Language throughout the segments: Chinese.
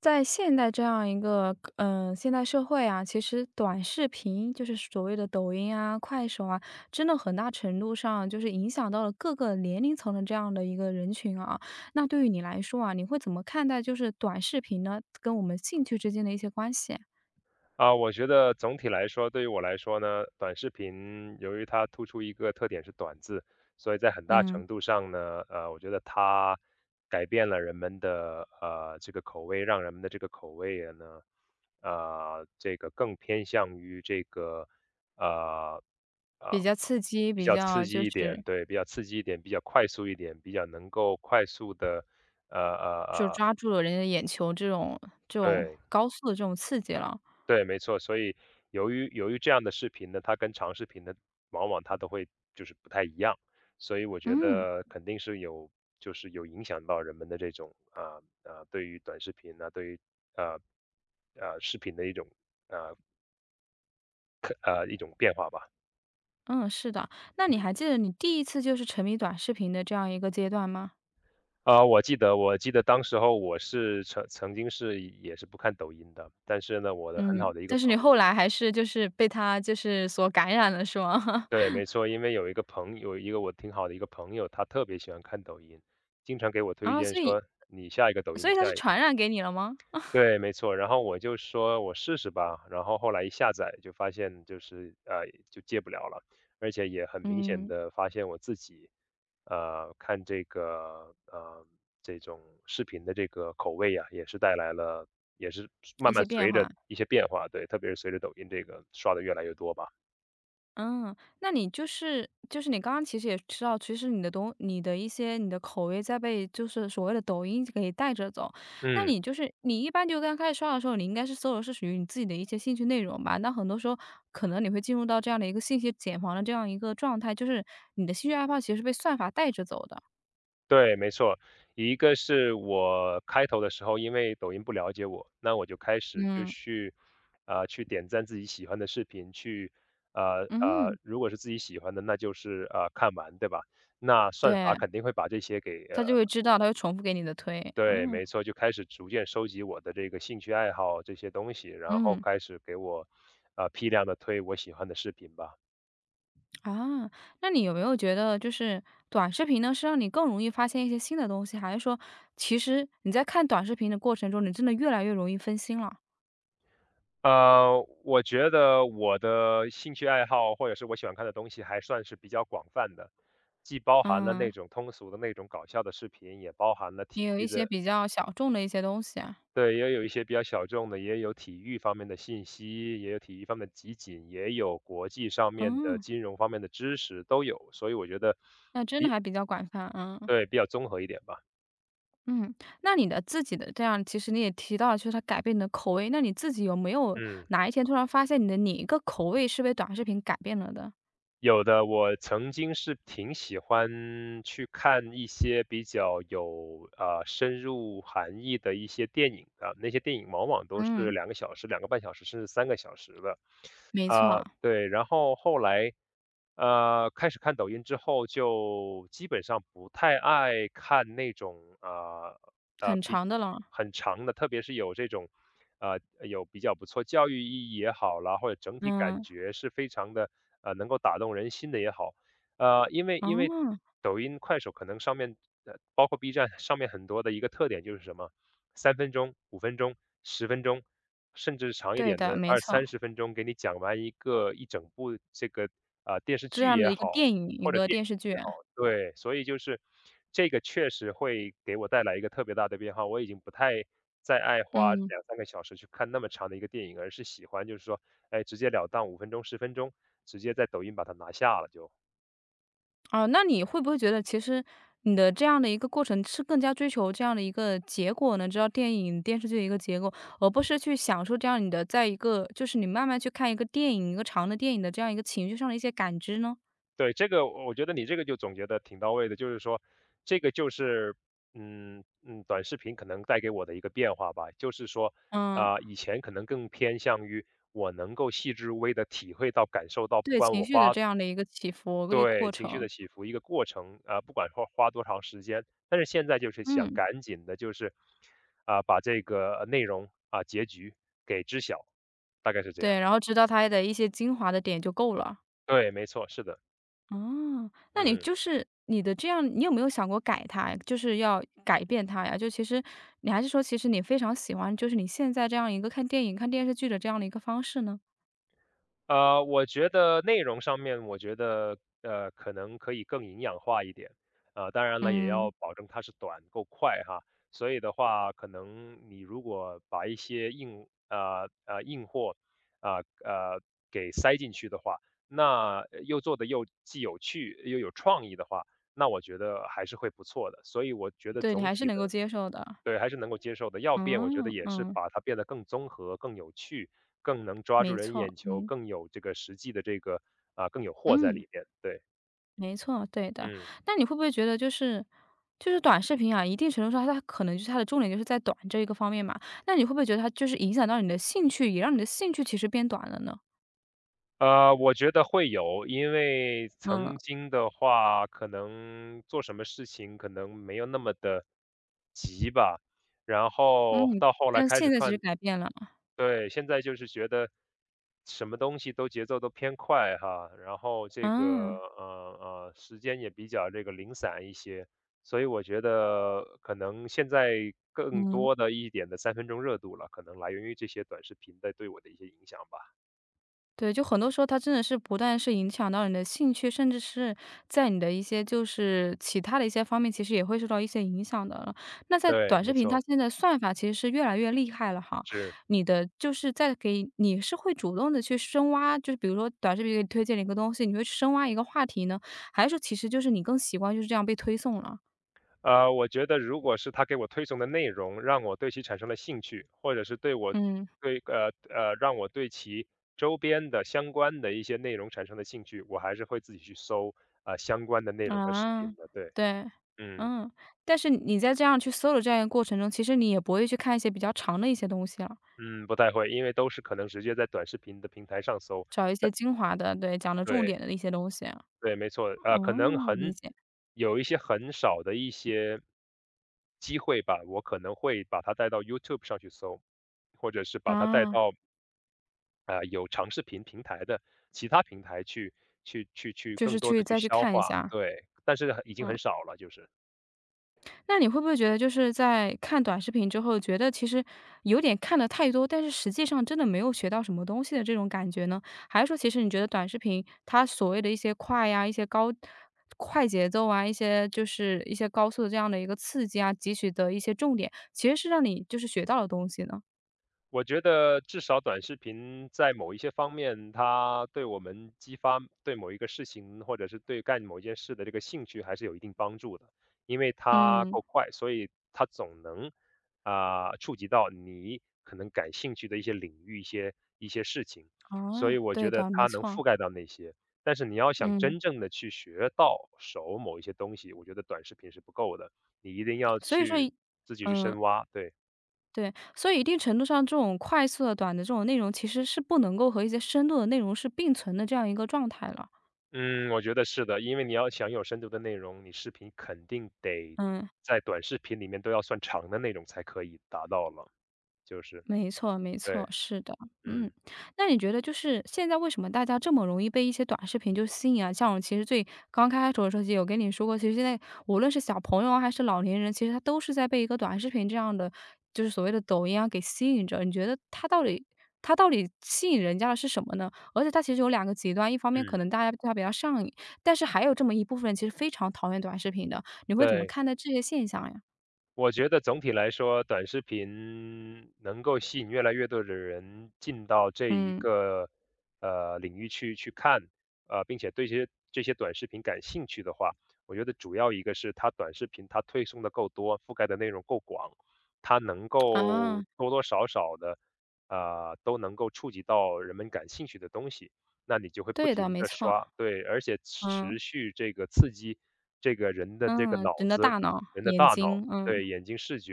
在现代这样一个现代社会啊，其实短视频就是所谓的抖音啊、快手啊，真的很大程度上就是影响到了各个年龄层的这样的一个人群啊。那对于你来说啊，你会怎么看待就是短视频呢跟我们兴趣之间的一些关系？我觉得总体来说，对于我来说呢，短视频由于它突出一个特点是短字，所以在很大嗯，程度上呢，我觉得它改变了人们的这个口味，让人们的这个口味呢，这个更偏向于这个呃呃比较刺激，比比较较刺就激一点，是对，比较刺激一点，比较快速一点，比较能够快速的呃呃就呃，抓住了人的眼球这种对，高速的这种刺激了。对，没错。所以由于这样的视频呢，它跟长视频的往往它都会就是不太一样，所以我觉嗯得肯定是有就是有影响到人们的这种对于短视频呢、对于啊视频的一种呃一种变化吧。嗯，是的。那你还记得你第一次就是沉迷短视频的这样一个阶段吗？我记得当时候我是曾经是也是不看抖音的，但是呢，我的嗯，很好的一个但是你朋后友。来还是就是被他就是所感染了是吗？对，没错，因为有一个我挺好的一个朋友，他特别喜欢看抖音，经常给我推啊，荐所以说你下一个抖音，他是下一个，传染给你了吗？对，没错。然后我就说我试试吧，然后后来一下载就发现就是就戒不了了，而且也很明显嗯，的发现我自己看这个这种视频的这个口味呀、也是带来了，也是一慢些慢变随着化。一些变化，对，特别是随着抖音这个刷的越来越多吧。嗯，那你就是你刚刚其实也知道，其实你的一些你的口味在被就是所谓的抖音给带着走。那嗯。你就是你一般就刚开始刷的时候，你应该是搜的是属于你自己的一些兴趣内容吧？那很多时候可能你会进入到这样的一个信息茧房的这样一个状态，就是你的兴趣爱好其实是被算法带着走的。对，没错。一个是我开头的时候，因为抖音不了解我，那我就开始就嗯去，去点赞自己喜欢的视频，去，嗯。如果是自己喜欢的，那就是看完，对吧？那算法对，肯定会把这些给他就会知道，他会重复给你的推，对，嗯。没错，就开始逐渐收集我的这个兴趣爱好这些东西，然后嗯。开始给我，批量的推我喜欢的视频吧。啊，那你有没有觉得就是短视频呢，是让你更容易发现一些新的东西，还是说其实你在看短视频的过程中，你真的越来越容易分心了？我觉得我的兴趣爱好或者是我喜欢看的东西还算是比较广泛的，既包含了那嗯，种通俗的那种搞笑的视频，也包含了也体有一育些的，比较小众的一些东西啊，对，也有一些比较小众的，也有体育方面的信息，也有体育方面的集锦，也有国际上面的嗯，金融方面的知识，都有，所以我觉得那真的还比较广泛，嗯，对比较综合一点吧。嗯。那你的自己的这样其实你也提到了，就是它改变你的口味，那你自己有没有嗯。哪一天突然发现你的哪一个口味是被短视频改变了的？有的，我曾经是挺喜欢去看一些比较有深入含义的一些电影的，那些电影往往都是嗯，2个小时、2个半小时，甚至三个小时的。没错。对，然后后来，开始看抖音之后，就基本上不太爱看那种呃很比长的了，很长的，特别是有这种呃有比较不错教育意义也好啦，或者整体感嗯，觉是非常的能够打动人心的也好，因为哦，抖音、快手可能上面包括 B 站上面很多的一个特点就是什么三分钟、五分钟、十分钟，甚至长一对点的的，没二错，三十分钟，给你讲完一个一整部这个，电视这剧样也的一个好，电影、一或者个电电视影剧，也好，对，所以就是这个确实会给我带来一个特别大的变化，我已经不太再爱花嗯，两三个小时去看那么长的一个电影，而是喜欢就是说，哎，直截了当五分钟、十分钟，直接在抖音把它拿下了就。哦，那你会不会觉得其实你的这样的一个过程是更加追求这样的一个结果呢？知道电影、电视剧的一个结果，而不是去享受这样你的在一个就是你慢慢去看一个电影、一个长的电影的这样一个情绪上的一些感知呢？对，这个我觉得你这个就总结的挺到位的，就是说，这个就是，短视频可能带给我的一个变化吧，就是说，嗯，以前可能更偏向于我能够细致入微的体会到、感受到，不对管情我绪的花这样的一个起伏、一个对过情绪程，的起伏一个过程，不管花多长时间，但是现在就是想嗯，赶紧的，就是把这个内容结局给知晓，大概是这样。对，然后知道它的一些精华的点就够了。对，没错，是的，哦，那你嗯。你的这样你有没有想过改它呀？就是要改变它呀？就其实你还是说其实你非常喜欢就是你现在这样一个看电影、看电视剧的这样的一个方式呢？我觉得内容上面，我觉得可能可以更营养化一点，当然了，也嗯，要保证它是短够快哈。所以的话，可能你如果把一些硬硬货啊呃，呃给塞进去的话，那又做的又既有趣又有创意的话，那我觉得还是会不错的。所以我觉得对，你总还是体能够的接受的。对，还是能够接受的。要变，我觉得嗯，也是嗯，把它变得更综合、更有趣、更能抓住没人错，眼球、嗯，更有这个实际的这个更有货在嗯，里面。对，没错，对的。嗯，那你会不会觉得就是短视频啊，一定程度上它可能就是它的重点就是在短这一个方面嘛，那你会不会觉得它就是影响到你的兴趣，也让你的兴趣其实变短了呢？我觉得会有，因为嗯。曾经的话，可能做什么事情可能没有那么的急吧，然后嗯，到后来但是开现始在其实看，改变了。对，现在就是觉得什么东西都节奏都偏快哈，然后这个啊，时间也比较这个零散一些，所以我觉得可能现在更嗯，多的一点的三分钟热度了，可能来源于这些短视频的对我的一些影响吧。对，就很多时候它真的是不断是影响到你的兴趣，甚至是在你的一些就是其他的一些方面，其实也会受到一些影响的了。那在对，短视没频，它错，现在算法其实是越来越厉害了哈。是。你的就是在给你是会主动的去深挖，就是比如说短视频给你推荐了一个东西，你会去深挖一个话题呢？还是说其实就是你更习惯就是这样被推送了？我觉得如果是他给我推送的内容，让我对其产生了兴趣，或者是对我嗯。对让我对其周边的相关的一些内容产生了兴趣，我还是会自己去搜相关的内容和视啊，频的。对，对，嗯嗯，但是你在这样去搜的这样一个过程中，其实你也不会去看一些比较长的一些东西了，嗯，不太会，因为都是可能直接在短视频的平台上搜。找一些但精华的，对，讲的重对点的一些东西啊。对，没错，可能哦，理很解，有一些很少的一些机会吧，我可能会把它带到 YouTube 上去搜，或者是把它带啊，到有长视频平台的其他平台去去就更是多去的去再去消看一化，下，对，但是很已经嗯。很少了，就是。那你会不会觉得就是在看短视频之后，觉得其实有点看的太多，但是实际上真的没有学到什么东西的这种感觉呢？还是说其实你觉得短视频它所谓的一些快呀、一些高快节奏啊、一些一些高速的这样的一个刺激啊，汲取的一些重点，其实是让你就是学到了东西呢？我觉得至少短视频在某一些方面，它对我们激发对某一个事情，或者是对干某一件事的这个兴趣，还是有一定帮助的。因为它嗯，够快，所以它总能触及到你可能感兴趣的一些领域、一些事情，所以啊，我对觉得的，没它能错，覆盖到那些。但是你要想嗯，真正的去学到手某一些东西，我觉得短视频是不够的，你一定要所以说去一自己去嗯。深挖。对。对，所以一定程度上，这种快速的、短的这种内容，其实是不能够和一些深度的内容是并存的这样一个状态了。嗯，我觉得是的，因为你要想有深度的内容，你视频肯定得嗯。在短视频里面都要算长的内容才可以达到了，就是没错，没错，对，是的，嗯。嗯那你觉得就是现在为什么大家这么容易被一些短视频就吸引啊？像我其实最刚开始的时候也有跟你说过，其实现在无论是小朋友啊还是老年人，其实他都是在被一个短视频这样的，就是所谓的抖音啊给吸引着。你觉得他到底他到底吸引人家的是什么呢？而且它其实有两个极端，一方面可嗯，能大家对它比较上瘾，但是还有这么一部分人其实非常讨厌短视频的，你会怎么对。看待这些现象呀？我觉得总体来说，短视频能够吸引越来越多的人进到这一嗯，个领域去看，并且对这些短视频感兴趣的话，我觉得主要一个是它短视频它推送的够多，覆盖的内容够广，它能够啊，多多少少的都能够触及到人们感兴趣的东西，那你就会不对的，停没的错，刷，对，而且嗯。持续这个刺激这个人的这个嗯，脑人的子，大脑、人的眼大脑。睛，嗯，对，眼睛视觉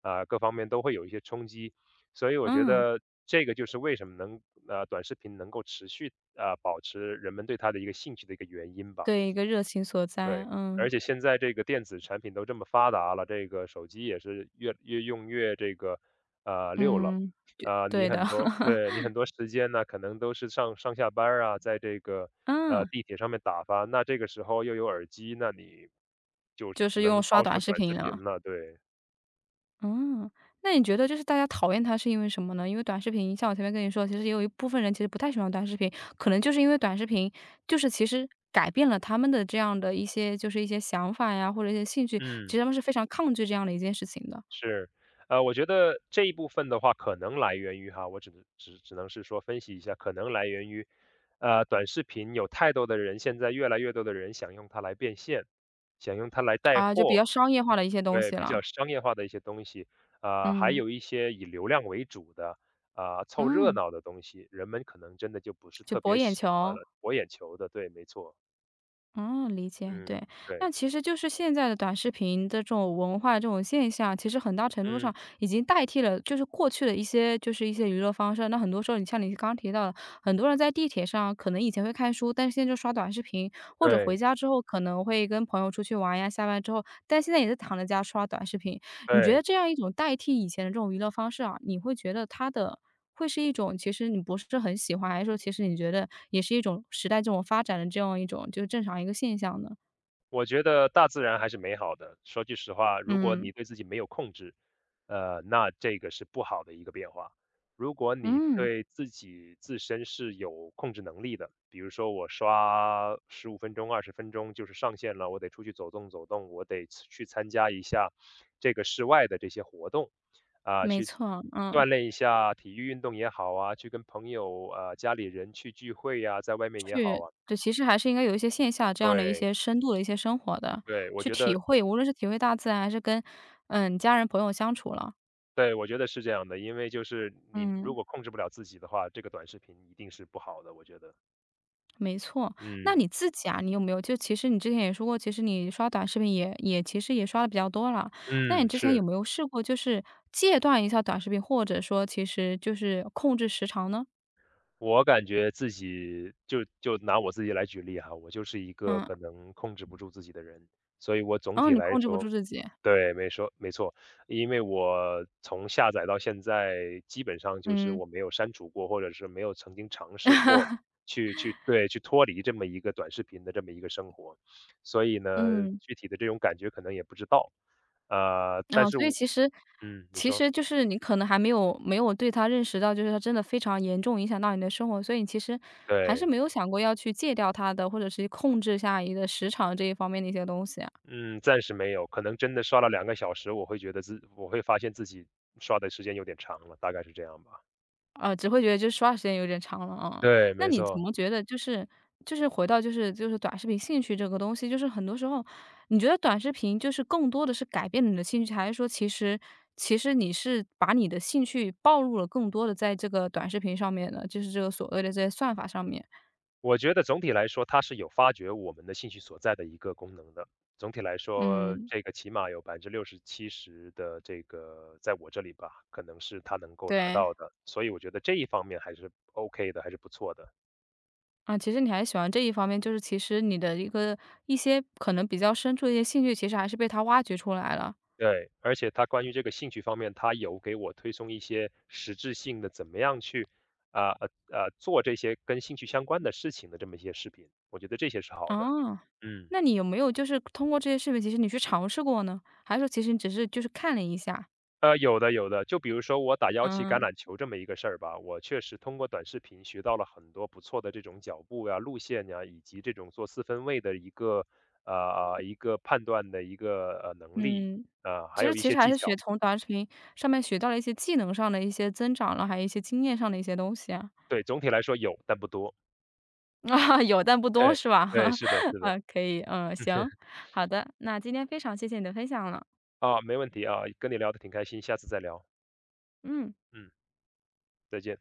各方面都会有一些冲击。所以我觉嗯，得这个就是为什么能短视频能够持续，保持人们对它的一个兴趣的一个原因吧，对，一个热情所在，对。而嗯，且现在这个电子产品都这么发达了，这个手机也是越用越这个，溜了。嗯，你对的，很多 对，你很多时间呢，可能都是上下班儿啊，在这个，嗯，地铁上面打发，那这个时候又有耳机，那你就就只是能用刷掏出短视短频视了，频了，对。嗯。那你觉得就是大家讨厌它是因为什么呢？因为短视频像我前面跟你说，其实也有一部分人其实不太喜欢短视频，可能就是因为短视频其实改变了他们的这样的一些一些想法呀，或者一些兴趣，其嗯，实他们是非常抗拒这样的一件事情的。是，我觉得这一部分的话，可能来源于哈，我只能是说分析一下，可能来源于，短视频有太多的人，现在越来越多的人想用它来变现，想用它来带啊，就比货，较商业化的一些东对，西比较了，商业化的一些东西，啊，还嗯，有一些以流量为主的，啊、凑热嗯，闹的东西，人们可能真的就不是就特博别眼喜球。欢了，博眼球的，对，没错，哦，理解，嗯，对。对，那其实就是现在的短视频的这种文化这种现象，其实很大程度嗯，上已经代替了就是过去的一些一些娱乐方式。那很多时候，你像你刚提到的，很多人在地铁上可能以前会看书，但是现在就刷短视频，或者回对，家之后可能会跟朋友出去玩呀，下班之后，但现在也是躺在家刷短视频。你觉得对。这样一种代替以前的这种娱乐方式啊，你会觉得它的会是一种其实你不是很喜欢，还是说其实你觉得也是一种时代这种发展的这样一种就是正常一个现象呢？我觉得大自然还是美好的。说句实话，如果嗯。你对自己没有控制，那这个是不好的一个变化。如果你嗯，对自己自身是有控制能力的，比如说我刷15分钟、20分钟就是上限了，我得出去走动走动，我得去参加一下这个室外的这些活动，啊、没去错，嗯。锻炼一下体育运动也好啊，去跟朋友、家里人去聚会呀、在外面也好啊，对，其实还是应该有一些线下这样的一对些深度的一些生活的，对，我去觉体得会，无论是体会大自然还是跟，嗯，家人朋友相处了，对，我觉得是这样的，因为就是你如嗯。果控制不了自己的话，这个短视频一定是不好的，我觉得。没错，那嗯，你自己啊，你有没有就其实你之前也说过，其实你刷短视频也其实也刷的比较多了。那你嗯，之前是。有没有试过就是戒断一下短视频，或者说其实就是控制时长呢？我感觉自己就拿我自己来举例哈，我就是一个嗯，可能控制不住自己的人，所以我总然后体你来控制不住说自己，对，没错，因为我从下载到现在，基本上就是嗯 我没有删除过，或者是没有曾经尝试过 去对，去脱离这么一个短视频的这么一个生活，所以呢，嗯，具体的这种感觉可能也不知道，但啊，是所以我。其实嗯，你说，就是你可能还没有没有对他认识到，就是他真的非常严重影响到你的生活，所以你其实还是对。没有想过要去戒掉他的，或者是控制下你的时长这一方面的一些东西。嗯，暂时没有，可能真的刷了2个小时，我会觉得我会发现自己刷的时间有点长了，大概是这样吧。啊，只会觉得就是刷时间有点长了，啊。对，那没你怎错，么觉得就是回到就是短视频兴趣这个东西，就是很多时候，你觉得短视频就是更多的是改变你的兴趣，还是说其实你是把你的兴趣暴露了更多的在这个短视频上面呢？就是这个所谓的这些算法上面。我觉得总体来说，它是有发掘我们的兴趣所在的一个功能的。总体来说，嗯，这个起码有60%-70%的这个在我这里吧，可能是它能够达对，到的，所以我觉得这一方面还是 OK 的，还是不错的。啊，其实你还喜欢这一方面，就是其实你的一些可能比较深处的一些兴趣，其实还是被他挖掘出来了。对，而且他关于这个兴趣方面，他有给我推送一些实质性的怎么样去啊呃做这些跟兴趣相关的事情的这么一些视频，我觉得这些是好的。哦，嗯，那你有没有就是通过这些视频，其实你去尝试过呢？还是说其实你只是就是看了一下？有的有的，就比如说我打腰旗橄嗯，榄球这么一个事儿吧，我确实通过短视频学到了很多不错的这种脚步呀、路线呀，以及这种做四分卫的啊一个判断的一个能力，嗯，还其实有一其实些还技是巧。学从短视频上面学到了一些技能上的一些增长了，还有一些经验上的一些东西啊。对，总体来说有，但不多。啊，有但不多嘿，是吧？对，是的，是啊，的。可以，嗯，嗯。行，好的，那今天非常谢谢你的分享了，啊，没问题啊，跟你聊得挺开心，下次再聊。嗯。嗯，再见。